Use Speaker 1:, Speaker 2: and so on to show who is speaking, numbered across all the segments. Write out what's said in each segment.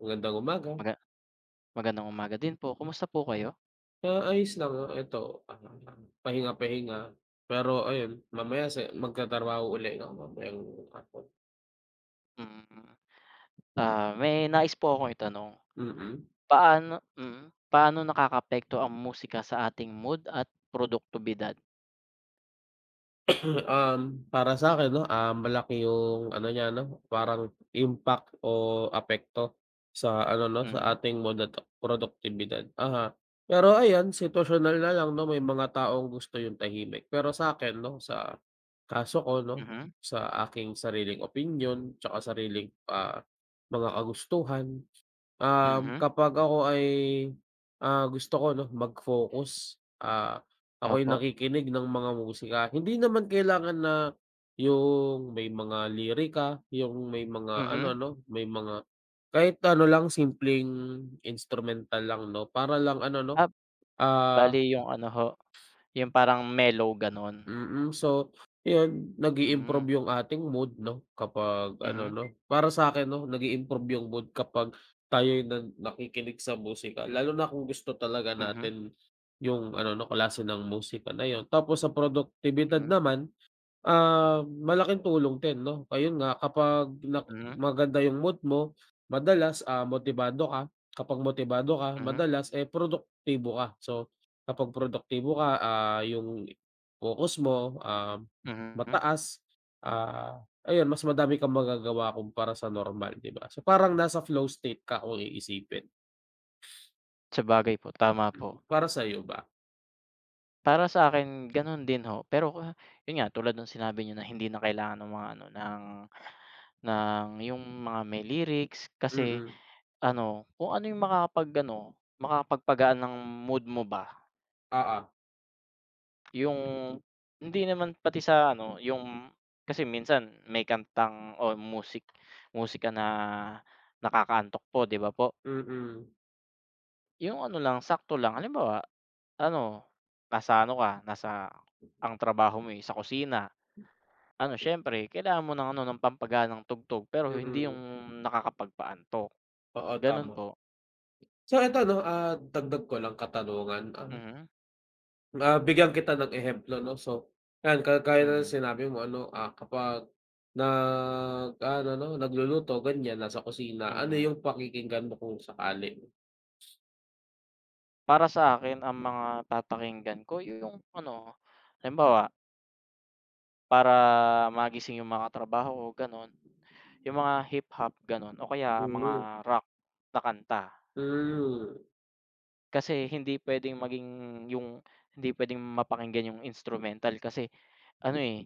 Speaker 1: Magandang umaga.
Speaker 2: Maga magandang umaga din po. Kumusta po kayo?
Speaker 1: Ayos lang, eto, pahinga-pahinga. Pero ayun, mamaya sa magtatrabaho uli ako mamayang hapon.
Speaker 2: Mm, ah, may nais po akong itanong.
Speaker 1: Mm.
Speaker 2: Paano mm, paano nakakaapekto ang musika sa ating mood at produktibidad?
Speaker 1: Para sa'kin 'no, malaki yung ano niya 'no, parang impact o apekto sa ano 'no, sa
Speaker 2: Mm,
Speaker 1: ating modata produktibidad. Aha. Pero ayan, sitwasyonal na lang 'no, may mga taong gusto yung tahimik. Pero sa akin 'no, sa kaso ko 'no,
Speaker 2: mhm,
Speaker 1: sa aking sariling opinion, tsaka sariling, mga kagustuhan. Um,
Speaker 2: mhm.
Speaker 1: kapag ako ay, gusto ko 'no, mag-focus, ako'y
Speaker 2: Opo,
Speaker 1: nakikinig ng mga musika. Hindi naman kailangan na yung may mga lirika, yung may mga ano
Speaker 2: mhm.
Speaker 1: 'no, may mga kahit ano lang, simpleng instrumental lang 'no, para lang ano 'no.
Speaker 2: Ah,
Speaker 1: ah
Speaker 2: bali yung ano ho, yung parang mellow gano'n.
Speaker 1: so yun nag
Speaker 2: Hmm,
Speaker 1: improve yung ating mood 'no kapag ano
Speaker 2: mhm,
Speaker 1: 'no, para sa akin 'no nag improve yung mood kapag tayo'y nakikinig sa musika lalo na kung gusto talaga
Speaker 2: mhm,
Speaker 1: natin yung ano 'no klase ng musika na yun. Tapos sa produktibidad
Speaker 2: mhm,
Speaker 1: naman, malaking tulong din 'no, ayun nga kapag na
Speaker 2: mhm,
Speaker 1: maganda yung mood mo, madalas, motibado ka, kapag motibado ka
Speaker 2: mhm,
Speaker 1: madalas, eh, produktibo ka. So, kapag produktibo ka, yung focus mo,
Speaker 2: mhm.
Speaker 1: mataas, ayun mas madami kang magagawa kumpara sa normal, 'di ba? So, parang nasa flow state ka kung iisipin.
Speaker 2: Sabagay po, tama po.
Speaker 1: Mm. Para sa'yo ba?
Speaker 2: Para sa akin gano'n din ho, pero ah, yun nga tulad ng sinabi niyo na hindi na kailangan ng mga ano, ng yung mga may lyrics kasi
Speaker 1: Mm,
Speaker 2: ano, kung ano yung makakapag-ano, makakapagpagaan ng mood mo ba,
Speaker 1: oo,
Speaker 2: yung hindi naman pati sa ano, yung kasi minsan may kantang o musika na nakakaantok po, 'di ba po?
Speaker 1: mm,
Speaker 2: Yung ano lang, sakto lang. Halimbawa, ano, nasa ano ka, nasa ang trabaho mo, eh, sa kusina. Ano, siyempre kailangan mo ng ano, ng pampagaan ng tugtog pero hindi yung
Speaker 1: mm,
Speaker 2: nakakapagpaantok,
Speaker 1: oo,
Speaker 2: gano'n
Speaker 1: tama.
Speaker 2: po.
Speaker 1: So ito 'no, dagdag ko lang katanungan,
Speaker 2: Mhm,
Speaker 1: bigyan kita ng ehemplo 'no. So, yan kaya ng
Speaker 2: mhm.
Speaker 1: sinabi mo ano, kapag nag-aano 'no, nagluluto ganyan, nasa kusina, ano
Speaker 2: Mm.
Speaker 1: yung pakikinggan mo kung sakali?
Speaker 2: Para sa akin ang mga papakinggan ko yung ano, halimbawa para magising yung mga katrabaho ko gano'n, yung mga hip-hop gano'n o kaya mga
Speaker 1: Mm,
Speaker 2: rock na kanta.
Speaker 1: hmm,
Speaker 2: Kasi hindi puwedeng maging yung hindi puwedeng mapakinggan yung instrumental kasi ano, eh,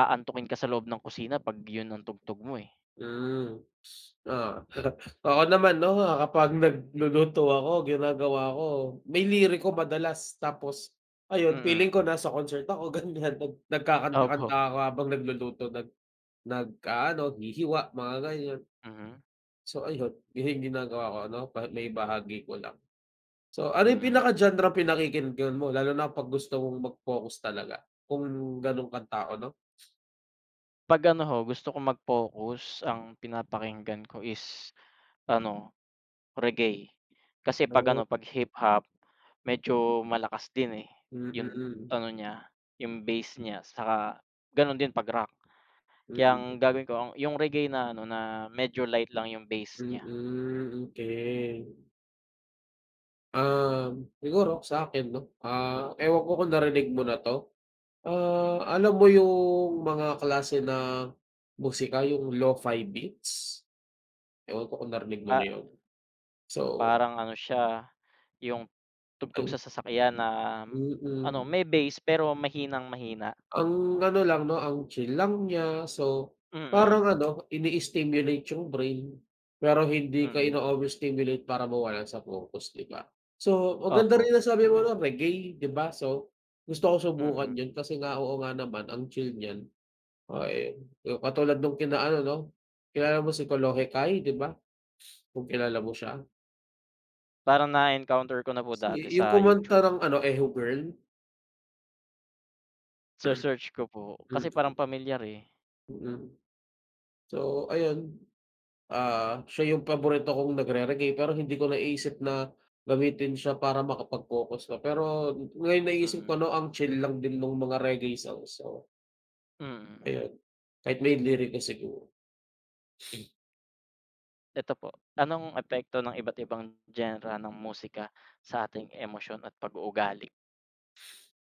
Speaker 2: aantukin ka sa loob ng kusina 'pag yun ang tugtog mo, eh.
Speaker 1: hmm, ah Ako naman 'no, kapag nagluluto ako, ginagawa ko may liriko madalas, tapos ayun, feeling
Speaker 2: Mm.
Speaker 1: ko nasa concert ako. Ganyan,
Speaker 2: Opo.
Speaker 1: nagkakanta-kanta ako habang nagluluto. Nag-aano, hihiwa, mga ganyan.
Speaker 2: Mhm,
Speaker 1: So ayun, yun yung ginagawa ko ano, pa may bahagi ko lang. So ano yung
Speaker 2: mm.
Speaker 1: pinaka-genre pinakikinggan mo lalo na pag gusto mong mag-focus talaga? Kung ganun kang tao 'no?
Speaker 2: 'Pag ano ho, gusto kong mag-focus ang pinapakinggan ko is ano Reggae. Kasi 'pag
Speaker 1: Oh.
Speaker 2: ano, 'pag hip-hop, medyo malakas din, eh, yung
Speaker 1: Mm.
Speaker 2: ano niya, yung bass niya saka gano'n din 'pag rock. Kaya
Speaker 1: Mm,
Speaker 2: ang gagawin ko ang yung reggae na ano, na medyo light lang yung bass niya,
Speaker 1: mm, okey. Siguro sa'kin 'no, ewan ko kung narinig mo na 'to,
Speaker 2: mm.
Speaker 1: alam mo yung mga klase ng musika, yung lo-fi beats? Ewan ko kung narinig mo na
Speaker 2: Pa
Speaker 1: yun. So,
Speaker 2: parang ano siya, yung
Speaker 1: ang
Speaker 2: tugtog sa sasakyan na ano,
Speaker 1: Mm.
Speaker 2: may bass pero mahinang-mahina.
Speaker 1: Ang ano lang 'no, ang chill lang niya. So,
Speaker 2: Mm,
Speaker 1: parang ano, ini-stimulate yung brain, pero hindi ka
Speaker 2: mm.
Speaker 1: ino-overstimulate para mawalan sa focus, 'di ba? So, maganda
Speaker 2: Opo,
Speaker 1: rin nasabi mo na reggae, 'di ba? So, gusto ko subukan
Speaker 2: mm.
Speaker 1: yun kasi nga, oo nga naman, ang chill niyan. Eh, katulad nung kina ano 'no, kilala mo si Kolohe Kai, 'di ba? Kung kilala mo siya.
Speaker 2: Parang na-encounter ko na po
Speaker 1: Si
Speaker 2: dati sa
Speaker 1: yung kumanta
Speaker 2: YouTube.
Speaker 1: ng ano, Eho Girl.
Speaker 2: Search ko po kasi
Speaker 1: Mm,
Speaker 2: parang pamilyar, eh.
Speaker 1: mm. So, ayun. Siya yung paborito kong nagre-reggae pero hindi ko naisip na gamitin siya para makapag-focus ka. Pero ngayon naisip ko
Speaker 2: Mm,
Speaker 1: 'no, ang chill lang din nung mga reggae songs. So,
Speaker 2: mm.
Speaker 1: ayun, kahit may lirika siguro.
Speaker 2: Ito po, anong epekto ng iba't ibang genre ng musika sa ating emosyon at pag-uugali?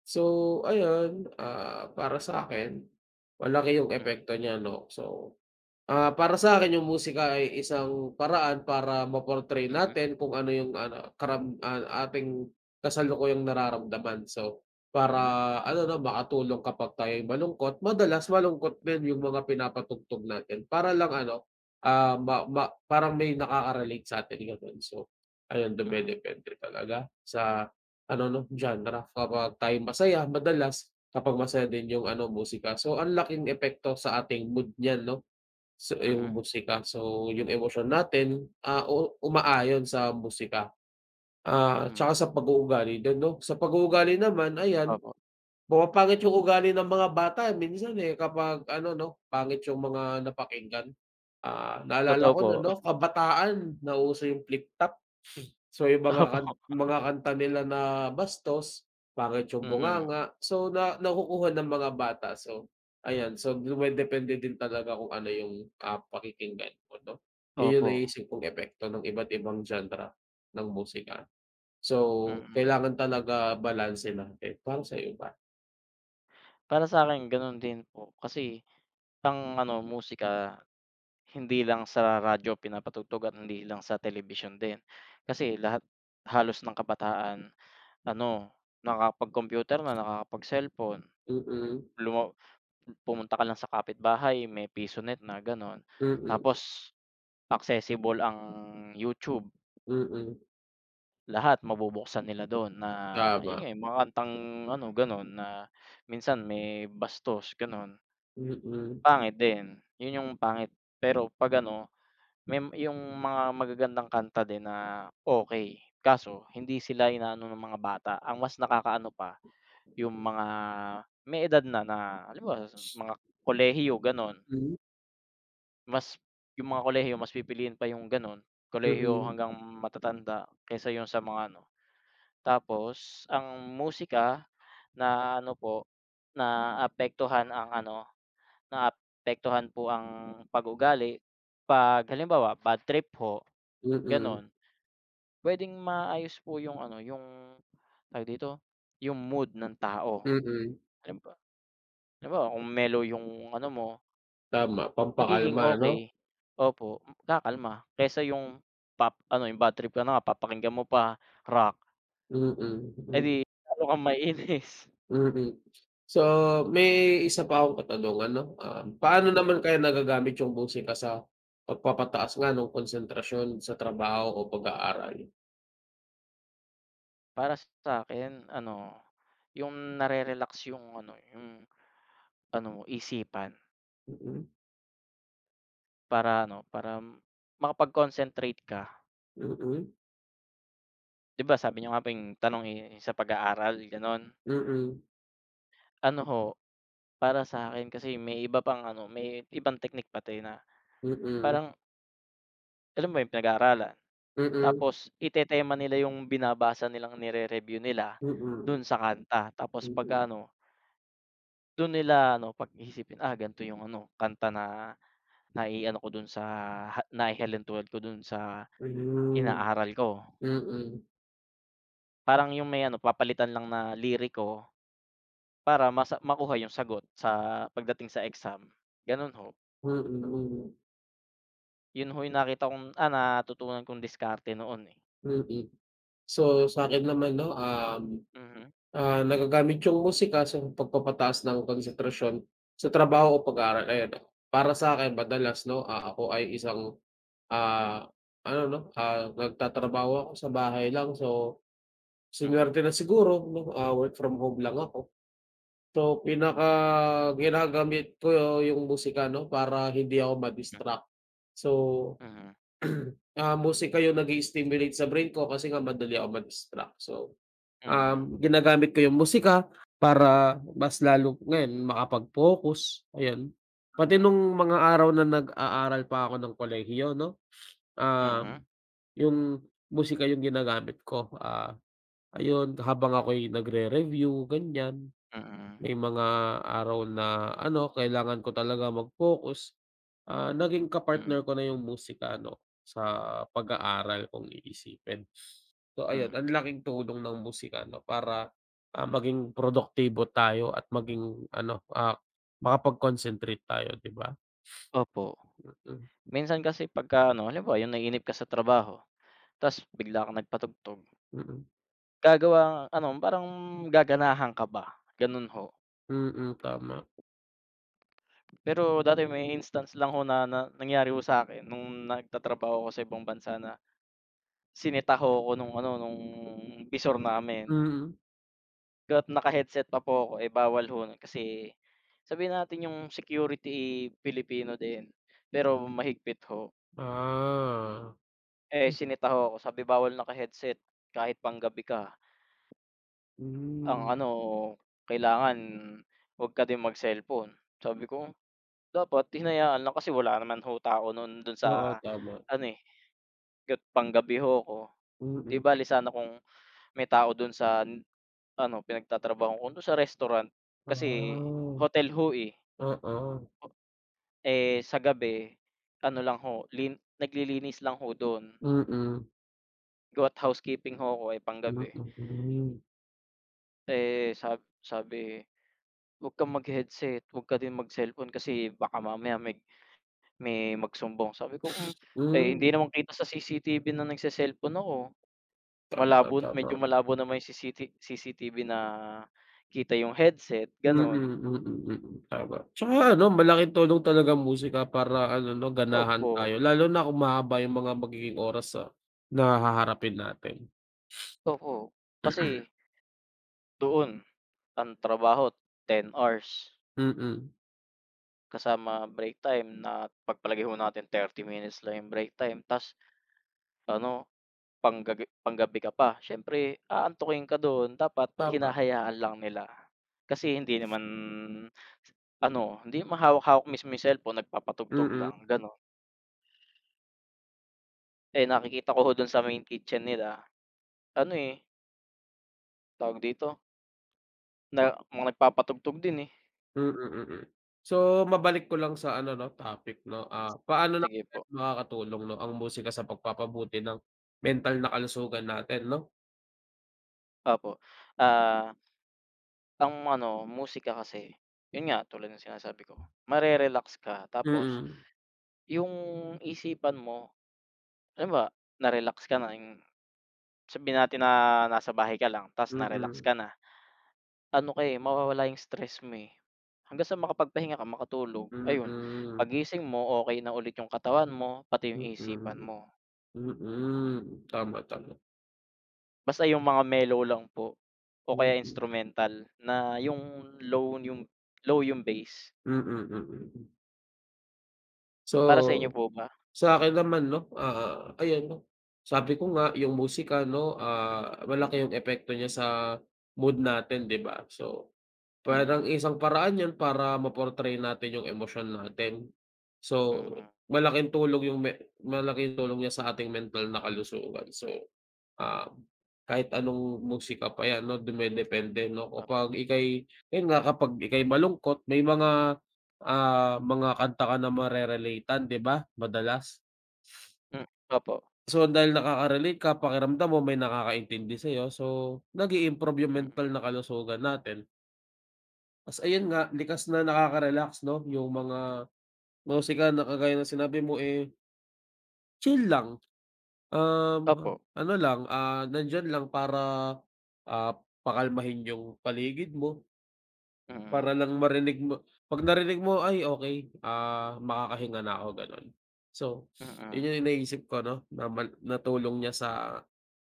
Speaker 1: So ayun, para sa'kin malaki yung
Speaker 2: Mhm,
Speaker 1: epekto niya 'no. So, para sa'kin yung musika ay isang paraan para ma-portray
Speaker 2: mhm,
Speaker 1: natin kung ano yung ano, ating kasalukuyang nararamdaman. So, para
Speaker 2: mm,
Speaker 1: ano na makatulong kapag tayo'y malungkot, madalas malungkot din yung mga pinapatugtog natin para lang ano, ah, ma ma parang may nakaka-relate sa'tin, gano'n. So, ayun,
Speaker 2: mhm,
Speaker 1: dumedepende talaga sa ano 'no, genre. Kapag tayo'y masaya, madalas kapag masaya din yung ano, musika. So, ang laking epekto sa ating mood niyan 'no. So, yung
Speaker 2: mhm,
Speaker 1: musika. So, yung emosyon natin, ah, u umaayon sa musika,
Speaker 2: hmm,
Speaker 1: tsaka sa pag-uugali din 'no. Sa pag-uugali naman, ayan,
Speaker 2: opo,
Speaker 1: pumapangit yung ugali ng mga bata minsan, eh, kapag ano 'no, pangit yung mga napakinggan. Ah, naalala
Speaker 2: totoo
Speaker 1: ko
Speaker 2: po,
Speaker 1: nun 'no, kabataan nauso yung flip top. So, yung mga
Speaker 2: opo,
Speaker 1: mga kanta nila na bastos, pangit yung
Speaker 2: mm,
Speaker 1: bunganga, so na nakukuha ng mga bata. So, ayan, so dumedepende din talaga kung ano yung, pakikinggan mo 'no? Yun yung
Speaker 2: opo,
Speaker 1: naisip kong epekto ng iba't ibang genre ng musika. So,
Speaker 2: mm.
Speaker 1: kailangan talaga balanse natin. Para sa'yo ba?
Speaker 2: Para sa'kin gano'n din po, kasi ang ano musika hindi lang sa radyo pinapatugtog at hindi lang sa television din. Kasi lahat halos ng kabataan ano nakakapag-computer na, nakakapag-cellphone,
Speaker 1: Mm,
Speaker 2: luma Pumunta ka lang sa kapitbahay, may PisoNet na gano'n.
Speaker 1: mm,
Speaker 2: Tapos accessible ang YouTube,
Speaker 1: mm,
Speaker 2: lahat mabubuksan nila do'n na yun
Speaker 1: tama,
Speaker 2: nga, yung mga kantang ano gano'n na minsan may bastos gano'n,
Speaker 1: mm, hmm,
Speaker 2: pangit din. Yun yung pangit, pero 'pag ano, may yung mga magagandang kanta din na okey, kaso hindi sila inaano ng mga bata. Ang mas nakakaano pa yung mga may edad na na halimbawa mga kolehiyo gano'n. Mas yung mga kolehiyo mas pipiliin pa yung gano'n, kolehiyo
Speaker 1: mm,
Speaker 2: hanggang matatanda kaysa yung sa mga ano. Tapos ang musika na ano po, naapektuhan ang ano, naapektuhan po ang pag-uugali 'pag halimbawa bad trip ho,
Speaker 1: mm,
Speaker 2: gano'n. Puwedeng maayos po yung ano, yung tawag dito, yung mood ng tao.
Speaker 1: mm,
Speaker 2: Halimbawa halimbawa kung mellow yung ano mo
Speaker 1: tama,
Speaker 2: Magiging
Speaker 1: pampakalma 'no?
Speaker 2: okey. Opo, kakalma kaysa yung ano, yung bad trip ka na nga papakinggan mo pa rock,
Speaker 1: Mm,
Speaker 2: eh, di
Speaker 1: mm.
Speaker 2: lalo kang maiinis.
Speaker 1: Mm. So, may isa pa akong katanungan 'no, paano
Speaker 2: Sige
Speaker 1: naman
Speaker 2: po,
Speaker 1: kaya nagagamit yung musika sa pagpapataas nga ng konsentrasyon sa trabaho o pag-aaral?
Speaker 2: para sa'kin ano, yung nare-relax yung ano mo isipan
Speaker 1: Mm,
Speaker 2: para ano, para makapag-concentrate ka.
Speaker 1: mm,
Speaker 2: 'Di ba sabi niyo nga po yung tanong, eh, sa pag-aaral gano'n.
Speaker 1: mm, mm,
Speaker 2: Ano ho, para sa'kin kasi may iba pang ano, may ibang teknik pati na
Speaker 1: mm,
Speaker 2: parang alam mo yung pinag-aaralan
Speaker 1: mm,
Speaker 2: Tapos itetema nila yung binabasa nilang nire-review nila
Speaker 1: mm,
Speaker 2: dun sa kanta, tapos pagka
Speaker 1: mm,
Speaker 2: ano, dun nila ano pag-iisipin, ah, ganito yung ano kanta na naiano ko dun sa ha nahihalintuan ko dun sa inaaral ko. Parang yung may ano papalitan lang na liriko para mas makuha yung sagot sa pagdating sa exam, ganun ho.
Speaker 1: mm,
Speaker 2: Yun ho yung nakita kong ah, natutunan kong diskarte noon, eh.
Speaker 1: mm. So, sa akin naman 'no,
Speaker 2: Mhm,
Speaker 1: nagagamit yung musika sa pagpapataas ng konsentrasyon sa trabaho o pag-aaral. Ayan, para sa akin madalas 'no,
Speaker 2: mm,
Speaker 1: ako ay isang Ah, ano 'no, nagtatrabaho ako sa bahay lang, so
Speaker 2: mm,
Speaker 1: sinuwerte na siguro 'no, work from home lang ako. So pinaka ginagamit ko yung musika 'no, para hindi ako
Speaker 2: hmm,
Speaker 1: ma-distract. So,
Speaker 2: mhm,
Speaker 1: musika yung nag-i-stimulate sa brain ko kasi nga madali ako ma-distract. So,
Speaker 2: mm,
Speaker 1: ginagamit ko yung musika para mas lalo ngayon makapag-focus, ayan. Pati
Speaker 2: mm,
Speaker 1: nung mga araw na nag-aaral pa ako ng kolehiyo 'no, um
Speaker 2: mm,
Speaker 1: yung musika yung ginagamit ko, ayun habang ako'y nagre-review ganyan,
Speaker 2: mm,
Speaker 1: may mga araw na ano kailangan ko talaga mag-focus, naging
Speaker 2: mm, mm.
Speaker 1: kapartner ko na yung musika ano sa pag-aaral kung iisipin. So ayun, ang
Speaker 2: Mm.
Speaker 1: laking tulong ng musika 'no para, maging produktibo tayo at maging ano, makapag-concentrate tayo, 'di ba?
Speaker 2: Opo.
Speaker 1: Mm,
Speaker 2: Minsan kasi pagka ano, halimbawa yung naiinip ka sa trabaho, tas bigla kang nagpatugtog, gagawa ano, parang gaganahan ka ba, ganun ho.
Speaker 1: mm, mm, tama.
Speaker 2: Pero dati may instance lang ho na na nangyari ho sa'kin nung nagtatrabaho ako sa ibang bansa na sinita ho ako nung ano, nung bisor namin.
Speaker 1: Mm,
Speaker 2: Kahit naka-headset pa po ako, eh, bawal ho nun kasi sabihin natin yung security, eh, Pilipino din, pero mahigpit ho.
Speaker 1: ah,
Speaker 2: Eh, sinita ho ako, sabi bawal naka-headset kahit panggabi ka. Ang
Speaker 1: hmm.
Speaker 2: ano, kailangan 'wag ka din mag-cellphone. Sabi ko, dapat hinayaan lang kasi wala naman ho tao nun dun
Speaker 1: Oo,
Speaker 2: sa
Speaker 1: tama.
Speaker 2: ano, eh, gat panggabi ho ako. 'Di
Speaker 1: Mm.
Speaker 2: bale sana kung may tao dun sa ano, pinagtatrabahuhan ko, dun sa restaurant kasi
Speaker 1: Ah,
Speaker 2: hotel ho, eh.
Speaker 1: oo.
Speaker 2: O- Eh, sa gabi ano lang ho, lin naglilinis lang ho dun,
Speaker 1: Mm,
Speaker 2: gawa't housekeeping ho ako, eh, panggabi.
Speaker 1: mm.
Speaker 2: Eh, sabi, "Huwag kang mag-headset, 'wag ka din mag-cellphone kasi baka mamaya may magsumbong," sabi ko. Hmm, eh, hindi
Speaker 1: Hmm,
Speaker 2: naman kita sa CCTV na nagse-cellphone ako.
Speaker 1: tama,
Speaker 2: Malabo medyo
Speaker 1: tama.
Speaker 2: malabo naman yung CCTV na kita yung headset
Speaker 1: Mm,
Speaker 2: gano'n.
Speaker 1: mm, mm, tama. Tsaka ano, malaking tulong talaga ang musika para ano 'no, ganahan
Speaker 2: Opo,
Speaker 1: tayo lalo na kung mahaba yung mga magiging oras sa na haharapin natin.
Speaker 2: opo. Kasi doon ang trabaho 10 hours
Speaker 1: Mm,
Speaker 2: kasama break time na pagpalagay ho natin 30 minutes lang yung break time ta's ano Panggabi ka pa siyempre aantukin ka do'n dapat
Speaker 1: tama.
Speaker 2: hinahayaan lang nila. Kasi hindi naman ano, hindi naman hawak-hawak mismo yung cellphone nagpapatugtog
Speaker 1: Mm,
Speaker 2: lang gano'n. Eh, nakikita ko ho do'n sa main kitchen nila ano, eh, tawag dito, na mga nagpapatugtog din, eh.
Speaker 1: mm, mm. So, mabalik ko lang sa ano 'no, topic 'no, paano naman
Speaker 2: Sige po,
Speaker 1: nakakatulong 'no, ang musika sa pagpapabuti ng mental na kalusugan natin 'no?
Speaker 2: opo. Ah, ang ano musika kasi, yun nga tulad ng sinasabi ko, mare-relax ka tapos
Speaker 1: Mm,
Speaker 2: yung isipan mo halimbawa na-relax ka na yung Sabihin natin na nasa bahay ka lang ta's na-relax
Speaker 1: mm,
Speaker 2: ka na, ano ka, eh, mawawala yung stress mo, eh. Hanggang sa makapagpahinga ka, makatulog,
Speaker 1: mm,
Speaker 2: ayun,
Speaker 1: mm,
Speaker 2: paggising mo okey na ulit yung katawan mo, pati yung isipan
Speaker 1: mm,
Speaker 2: mo.
Speaker 1: mm, tama, tama.
Speaker 2: Basta yung mga mellow lang po o kaya
Speaker 1: Mm,
Speaker 2: instrumental na yung low yung low yung bass.
Speaker 1: mm, mm. So,
Speaker 2: Para sa inyo po ba?
Speaker 1: sa'kin naman 'no, ayan 'no, sabi ko nga yung musika 'no, malaki
Speaker 2: Mm,
Speaker 1: yung epekto niya sa mood natin, 'di ba? So,
Speaker 2: mm,
Speaker 1: parang isang paraan yun para ma-portray natin yung emosyon natin. So,
Speaker 2: mm,
Speaker 1: malaking tulong yung malaking tulong niya sa ating mental na kalusugan, so Ah, kahit anong musika pa 'yan 'no, dumedepende 'no,
Speaker 2: op
Speaker 1: kapag ika'y ayun nga, kapag ika'y malungkot may mga, mga kanta ka na marerelate-an, 'di ba, madalas?
Speaker 2: hmm, opo,
Speaker 1: So, dahil nakaka-relate ka, pakiramdam mo may nakakaintindi sa'yo, so nag improve yung
Speaker 2: mm,
Speaker 1: mental na kalusugan natin. Ayun nga, likas na nakaka-relax 'no, yung mga musika na kagaya na sinabi mo, eh, chill lang.
Speaker 2: opo,
Speaker 1: Ano lang, nandiyan lang para, ah, pakalmahin yung paligid mo,
Speaker 2: mm,
Speaker 1: para lang marinig mo 'pag narinig mo, "Ay okey, makakahinga na ako," gano'n. So,
Speaker 2: mm,
Speaker 1: yun yung iniisip ko 'no, na mal na tulong niya sa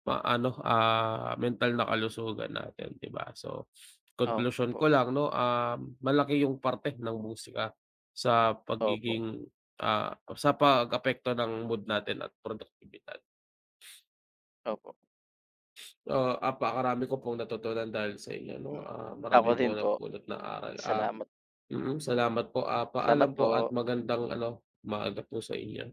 Speaker 1: ma-ano, mental na kalusugan natin, 'di ba? So, konklusyon
Speaker 2: opo,
Speaker 1: ko lang 'no, malaki yung parte ng musika sa
Speaker 2: opo,
Speaker 1: pagiging, sa pag-apekto ng mood natin at produktibidad.
Speaker 2: opo,
Speaker 1: Oo, napakarami ko pong natutunan dahil sa inyo 'no,
Speaker 2: hmm. Ako
Speaker 1: marami po
Speaker 2: din
Speaker 1: akong
Speaker 2: po,
Speaker 1: napulot na aral,
Speaker 2: salamat.
Speaker 1: salamat po,
Speaker 2: Salamat
Speaker 1: paalam po at
Speaker 2: po.
Speaker 1: magandang ano, umaga po sa inyo.